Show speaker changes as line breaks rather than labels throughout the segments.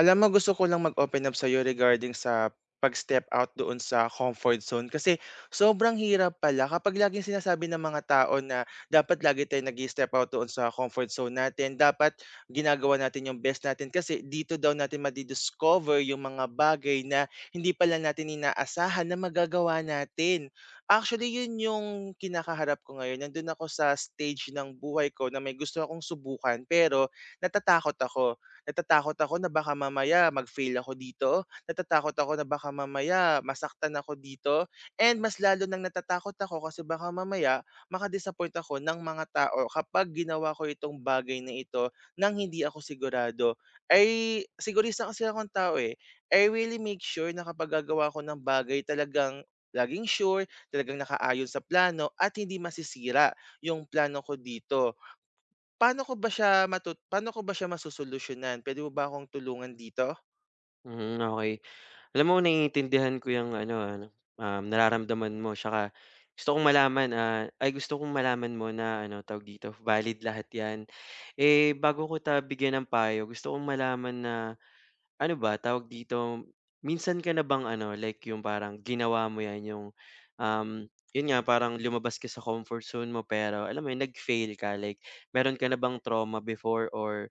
Alam mo, gusto ko lang mag-open up sa'yo regarding sa pag-step out doon sa comfort zone, kasi sobrang hirap pala kapag laging sinasabi ng mga tao na dapat lagi tayong nag step out doon sa comfort zone natin. Dapat ginagawa natin yung best natin, kasi dito daw natin madidiscover yung mga bagay na hindi pala natin inaasahan na magagawa natin. Actually, yun yung kinakaharap ko ngayon. Nandun ako sa stage ng buhay ko na may gusto akong subukan, pero natatakot ako natatakot ako na baka mamaya mag-fail ako dito, natatakot ako na baka mamaya masaktan ako dito, and mas lalo nang natatakot ako kasi baka mamaya maka ako ng mga tao kapag ginawa ko itong bagay na ito nang hindi ako sigurado. Ay, sigurista kasi akong tao, eh. I really make sure na kapag gagawa ko ng bagay, talagang laging sure, talagang nakaayon sa plano at hindi masisira yung plano ko dito. Paano ko ba siya masosolusyunan? Puwede mo ba akong tulungan dito?
Mhm, okey. Alam mo naiintindihan ko yung ano, nararamdaman mo tsaka gusto kong malaman, ah, ay gusto kong malaman mo na ano, tawag dito, valid lahat 'yan. Eh, bago kita bigyan ng payo, gusto kong malaman na ano ba, tawag dito, minsan ka na bang ano, like yung parang ginawa mo 'yan, um, yun nga, parang lumabas ka sa comfort zone mo pero alam mo yun, nag-fail ka? Like meron ka na bang trauma before or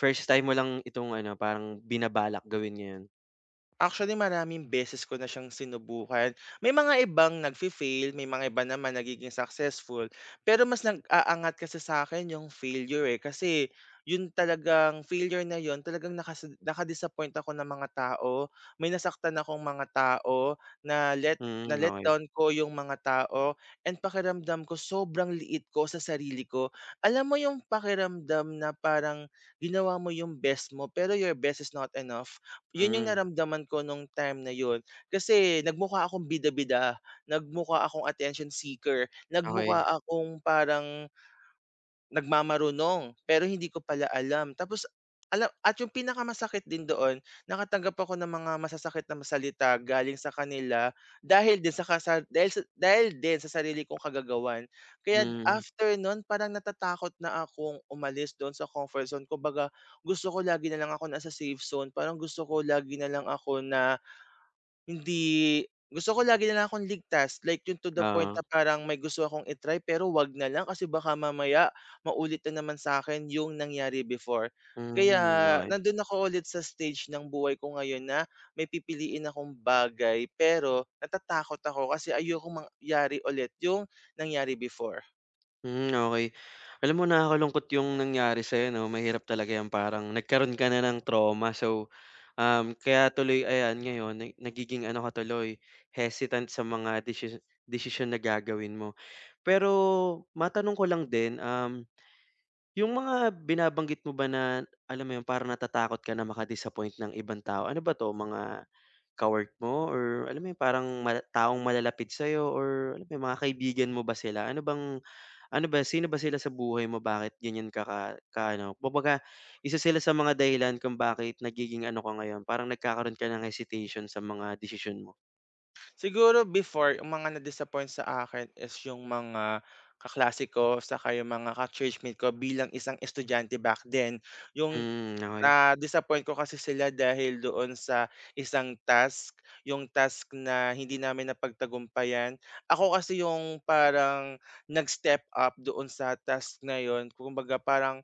first time mo lang itong ano, parang binabalak gawin ngayon?
Actually, maraming beses ko na siyang sinubukan. May mga ibang nagfi-fail, may mga iba naman nagiging successful. Pero mas nag-aangat kasi sa akin yung failure, eh, kasi yun talagang failure na yun, talagang nakadisappoint ako ng mga tao. May nasaktan akong mga tao na
Mm, okey.
letdown ko yung mga tao, and pakiramdam ko sobrang liit ko sa sarili ko. Alam mo yung pakiramdam na parang ginawa mo yung best mo pero your best is not enough? 'Yun yung
Hmm.
naramdaman ko nung time na yun, kasi nagmukha akong bida-bida, nagmukha akong attention seeker, nagmukha
Okey.
akong parang nagmamarunong, pero hindi ko pala alam. Tapos, alam at yung pinakamasakit din doon, nakatanggap ako ng mga masasakit na masalita galing sa kanila dahil din sa sarili kong kagagawan. Kaya
Hmm,
after nun, parang natatakot na akong umalis do'n sa comfort zone. Kumbaga, gusto ko lagi na lang ako nasa safe zone, parang gusto ko lagi na lang ako na hindi. Gusto ko lagi na lang akong ligtas, like yung to the point na
oo.
parang may gusto akong i-try pero 'wag na lang, kasi baka mamaya maulit na naman sa akin yung nangyari before. Kaya
Hmm, okey.
nandun ako ulit sa stage ng buhay ko ngayon na may pipiliin akong bagay, pero natatakot ako kasi ayokong mangyari ulit yung nangyari before.
Hmm, okey. Alam mo nakakalungkot yung nangyari sa'yo 'no, mahirap talaga yan parang nagkaroon ka na ng trauma. So, kaya tuloy ayan ngayon na nagiging ano ka tuloy, hesitant sa mga desisyon na gagawin mo. Pero matanong ko lang din, yung mga binabanggit mo ba na alam mo yun, parang natatakot ka na maka-disappoint ng ibang tao, ano ba 'to mga ka mo or alam mo yun parang mala taong malalapit sa'yo or alam mo yung mga kaibigan mo ba sila? Ano bang ano ba sino ba sila sa buhay mo bakit ganyan ka ka ka-ano kumbaga isa sila sa mga dahilan kung bakit nagiging ano ka ngayon parang nagkakaroon ka ng hesitation sa mga desisyon mo?
Siguro before, ang mga na-disappoint sa akin is yung mga kaklase ko saka yung mga ka-churchmate ko bilang isang estudyante back then. Yung
Hmm, okay.
Na-disappoint ko kasi sila dahil doon sa isang task, yung task na hindi namin napagtagumpayan. Ako kasi yung parang nag-step up doon sa task na yun. Kumbaga, parang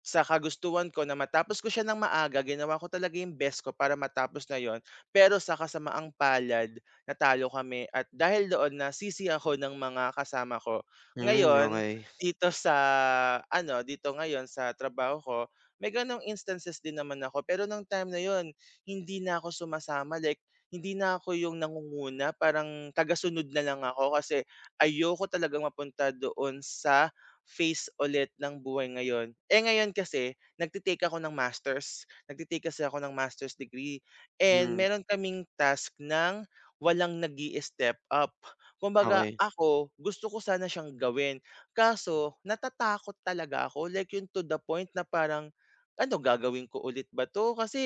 sa kagustuhan ko na matapos ko siya ng maaga, ginawa ko talaga yung best ko para matapos na yon, pero sa kasamaang palad, natalo kami, at dahil doon nasisi ako ng mga kasama ko.
Hmm,
Ngayon,
okay.
dito sa ano, dito ngayon sa trabaho ko, may gano'ng instances din naman ako, pero nung time na yon hindi na ako sumasama, like hindi na ako yung nangunguna, parang tagasunod na lang ako, kasi ayoko talagang mapunta doon sa phase ulit ng buhay ngayon. Eh, ngayon kasi nagtitake kasi ako ng master's degree, and
Hmm,
meron kaming task ng walang nag step up. Kumbaga
okey.
ako, gusto ko sana siyang gawin, kaso natatakot talaga ako, like yun to the point na parang, "Ano, gagawin ko ulit ba 'to?" Kasi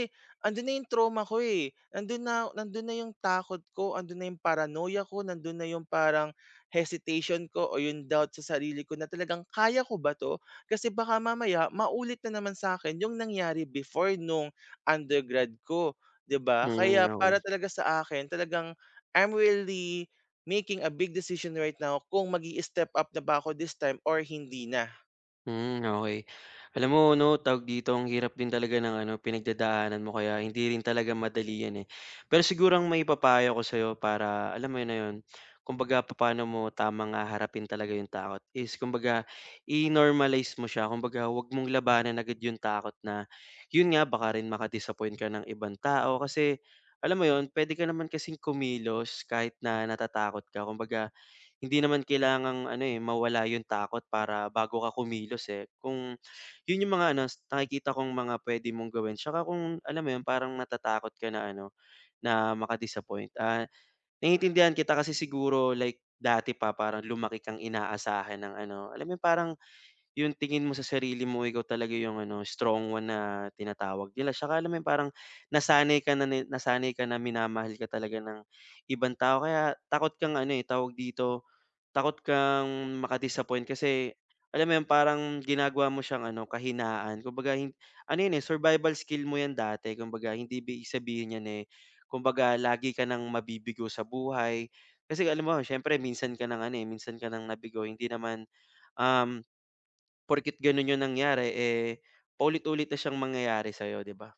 andun na yung trauma ko, eh, nandun na yung takot ko, andun na yung paranoia ko, nandun na yung parang hesitation ko o yung doubt sa sarili ko na talagang kaya ko ba 'to? Kasi baka mamaya maulit na naman sa akin yung nangyari before nung undergrad ko, 'di ba?
Hmm,
Kaya
okey.
para talaga sa akin, talagang I'm really making a big decision right now kung magi step up na ba ako this time or hindi na.
Hmm, okay. Alam mo 'no, tawag dito, ang hirap din talaga ng ano, pinagdadaanan mo kaya hindi rin talaga madali 'yan, eh. Pero siguro ang may papayo ko sa'yo para alam mo yun na 'yun, kumbaga papaano mo tamang haharapin talaga yung takot is kumbaga i-normalize mo siya. Kumbaga huwag mong labanan agad yung takot na yun nga, baka rin maka ka ng ibang tao kasi alam mo 'yun, pwede ka naman kasing kumilos kahit na natatakot ka. Kumbaga hindi naman kailangang ano, eh, mawala yung takot para bago ka kumilos, eh. Kung yun yung mga ano, nakikita kong mga puwede mong gawin tsaka kung alam mo yun, parang natatakot ka na ano, na maka-disappoint, ah, naiintindihan kita kasi siguro like dati pa parang lumaki kang inaasahan ng ano, alam mo yun, parang yung tingin mo sa sarili mo ikaw talaga yung ano, strong one na tinatawag nila tsaka alam mo yun, parang nasanay ka na minamahal ka talaga ng ibang tao kaya takot kang ano, eh, tawag dito. Takot kang maka-disappoint kasi alam mo yun, parang ginagawa mo siyang ano, kahinaan. Kumbaga ano yun, eh, survival skill mo yan dati. Kumbaga hindi ibig sabihin yan, eh, kumbaga lagi ka ng mabibigo sa buhay. Kasi alam mo siyempre minsan ka ng ano, eh, minsan ka ng nabigo hindi naman, um, porket ganun yung nangyari, eh, paulit-ulit na siyang mangyayari sa'yo, 'di ba?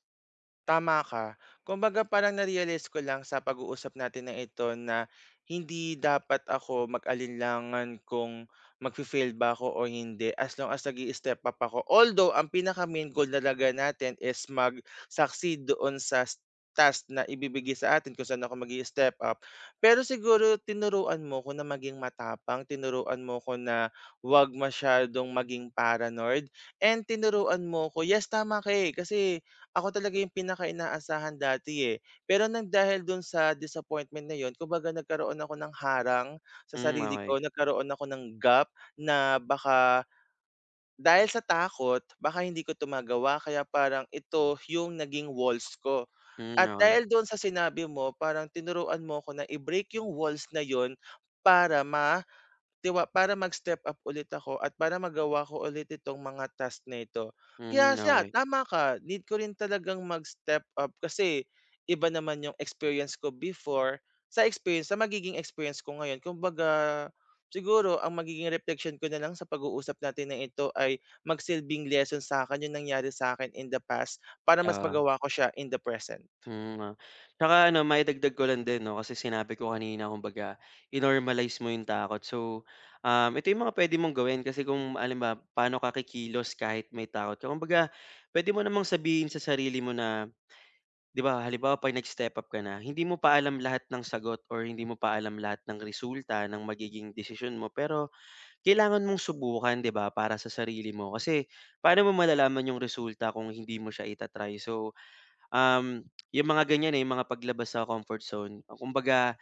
Tama ka. Kumbaga, parang na-realize ko lang sa pag-uusap natin na ito na hindi dapat ako mag-alinlangan kung magfi-fail ba ako o hindi, as long as nag-i-step up ako. Although, ang pinaka-main goal talaga natin is mag-succeed doon sa task na ibibigay sa atin kung saan ako mag step up. Pero siguro tinuruan mo ko na maging matapang, tinuruan mo ko na wag masyadong maging paranoid, and tinuruan mo ko, yes, tama ka, eh, kasi ako talaga yung pinaka-inaasahan dati, eh. Pero nang dahil dun sa disappointment na yun, kumbaga nagkaroon ako ng harang sa
Hmm,
sarili ko,
okey.
nagkaroon ako ng gap na baka dahil sa takot, baka hindi ko 'to magawa, kaya parang ito yung naging walls ko.
Hmm,
At
okey.
dahil dun sa sinabi mo, parang tinuruan mo ako na i-break yung walls na yun para ma 'di ba, para mag-step up ulit ako at para magawa ko ulit itong mga task na ito. Kaya
Hmm,
siya,
okey.
tama ka, need ko rin talagang mag-step up, kasi iba naman yung experience ko before sa magiging experience ko ngayon. Kumbaga, siguro ang magiging reflection ko na lang sa pag-uusap natin na ito ay magsilbing lesson sa akin yung nangyari sa akin in the past, para mas magawa ko siya in the present.
Hmm, ah. Tsaka ano maidagdag ko lang din 'no, kasi sinabi ko kanina kumbaga i-normalize mo yung takot. So, ito yung mga puwede mong gawin kasi kung halimbawa paano ka kikilos kahit may takot ka. Kumbaga puwede mo namang sabihin sa sarili mo na 'di ba halimbawa 'pag nag-step up ka na, hindi mo pa alam lahat ng sagot or hindi mo pa alam lahat ng resulta ng magiging desisyon mo, pero kailangan mong subukan 'di ba para sa sarili mo. Kasi paano mo malalaman yung resulta kung hindi mo siya ita-try. So, yung mga ganyan, eh, yung mga paglabas sa comfort zone, kumbaga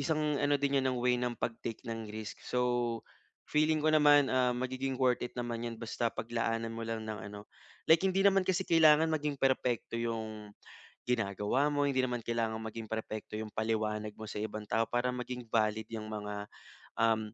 isang ano din 'yan ng way ng pag-take ng risk. So, feeling ko naman, ah, magiging worth it naman 'yan basta paglaanan mo lang ng ano like hindi naman kasi kailangan maging perpekto yung ginagawa mo, hindi naman kailangan maging perpekto yung paliwanag mo sa ibang tao para maging valid yung mga, um,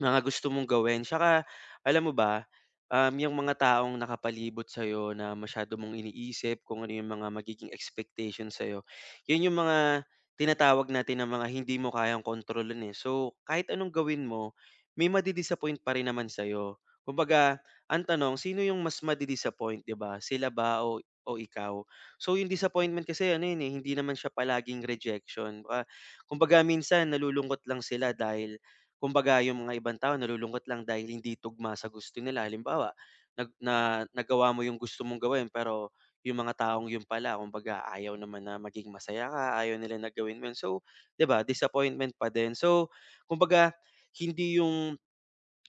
mga gusto mong gawin tsaka alam mo ba, yung mga taong nakapalibot sa'yo na masyado mong iniisip kung ano yung mga magiging expectation sa'yo, yun yung mga tinatawag natin na mga hindi mo kayang kontrolin, eh. So, kahit anong gawin mo, may madi-disappoint pa rin naman sa'yo. Kumbaga, ang tanong, sino yung mas madi-disappoint, 'di ba? Sila ba o o ikaw? So, yung disappointment kasi ano yun, eh, hindi naman siya palaging rejection. Ah, kumbaga minsan nalulungkot lang sila dahil kumbaga yung mga ibang tao nalulungkot lang dahil hindi tugma sa gusto nila. Halimbawa, nag na nagawa mo yung gusto mong gawin pero yung mga taong yun pala kumbaga ayaw naman na maging masaya ka, ayaw nila na gawin mo yun. So, 'di ba disappointment pa din. So, kumbaga hindi yung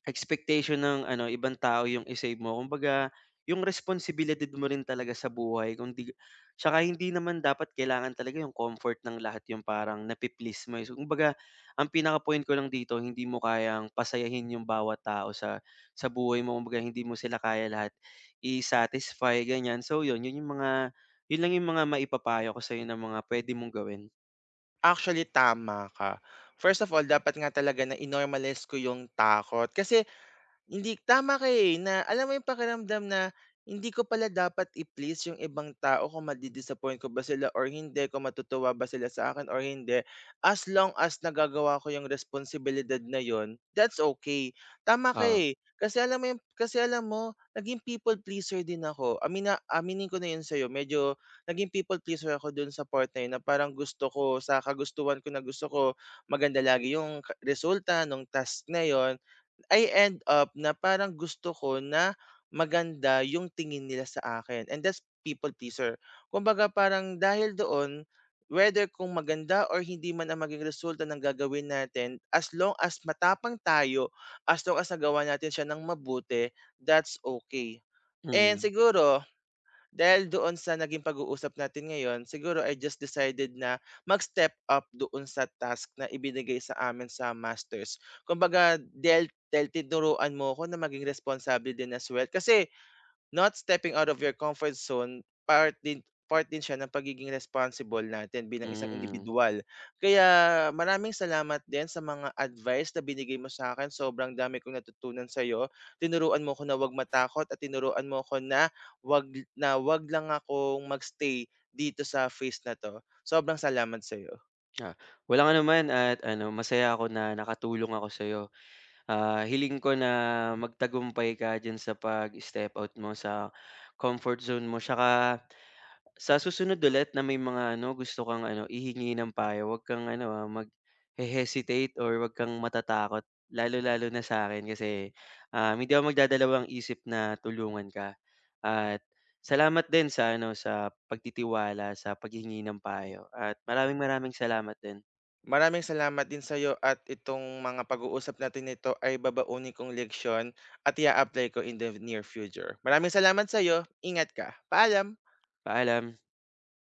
expectation ng ano, ibang tao yung i-save mo. Kumbaga, yung responsibilidad mo rin talaga sa buhay kung di tsaka hindi naman dapat kailangan talaga yung comfort ng lahat yung parang napi mo, eh. So, kumbaga ang pinaka-point ko lang dito hindi mo kayang pasayahin yung bawat tao sa buhay mo. Kumbaga hindi mo sila kaya lahat i-satisfy, ganyan. So yun, yun lang yung mga maipapayo ko sa'yo na mga puwede mong gawin.
Actually, tama ka. First of all, dapat nga talaga na i-normalize ko yung takot, kasi tama ka, eh, na alam mo yung pakiramdam na hindi ko pala dapat i-please yung ibang tao kung ko ba sila or hindi, kung matutuwa ba sila sa akin or hindi. As long as nagagawa ko yung responsibilidad na yon, that's okay. Tama ka,
Oo.
eh, kasi alam mo naging people pleaser din ako. Aminin ko na yun sa'yo. Medyo naging people pleaser ako dun sa part na yun, na parang gusto ko, sa kagustuhan ko na gusto ko maganda lagi yung resulta nung task na yon, I end up na parang gusto ko na maganda yung tingin nila sa akin, and that's people pleaser. Kumbaga, parang dahil doon, whether kung maganda or hindi man ang maging resulta ng gagawin natin, as long as matapang tayo, as long as nagawa natin siya ng mabuti, that's okay. And
Mm.
siguro, dahil doon sa naging pag-uusap natin ngayon, siguro I just decided na mag-step up doon sa task na ibinigay sa amin sa masters. Kumbaga, dahil tinuruan mo ko na maging responsable din as well. Kasi not stepping out of your comfort zone, part din part din siya ng pagiging responsible natin bilang isang
Mm.
individual. Kaya maraming salamat din sa mga advice na binigay mo sa akin. Sobrang dami kong natutunan sa iyo. Tinuruan mo ko na 'wag matakot, at tinuruan mo ko na 'wag 'wag lang akong magstay dito sa face na 'to. Sobrang salamat sa iyo.
Ah, walang anuman at ano, masaya ako na nakatulong ako sa'yo. Ah, hiling ko na magtagumpay ka diyan sa pag-step out mo sa comfort zone mo. Tsaka sa susunod ulit na may mga ano, gusto kang ano, ihingi ng payo, wag kang ano, ah, mag-hesitate or wag kang matatakot. Lalo-lalo na sa akin kasi, hindi ako magdadalawang isip na tulungan ka. At salamat din sa ano, sa pagtitiwala, sa paghingi ng payo at maraming maraming salamat din.
Maraming salamat din sa sa'yo, at itong mga pag-uusap natin nito ay babaunin kong leksyon at i-a-apply ko in the near future. Maraming salamat sa sa'yo. Ingat ka. Paalam.
Paalam.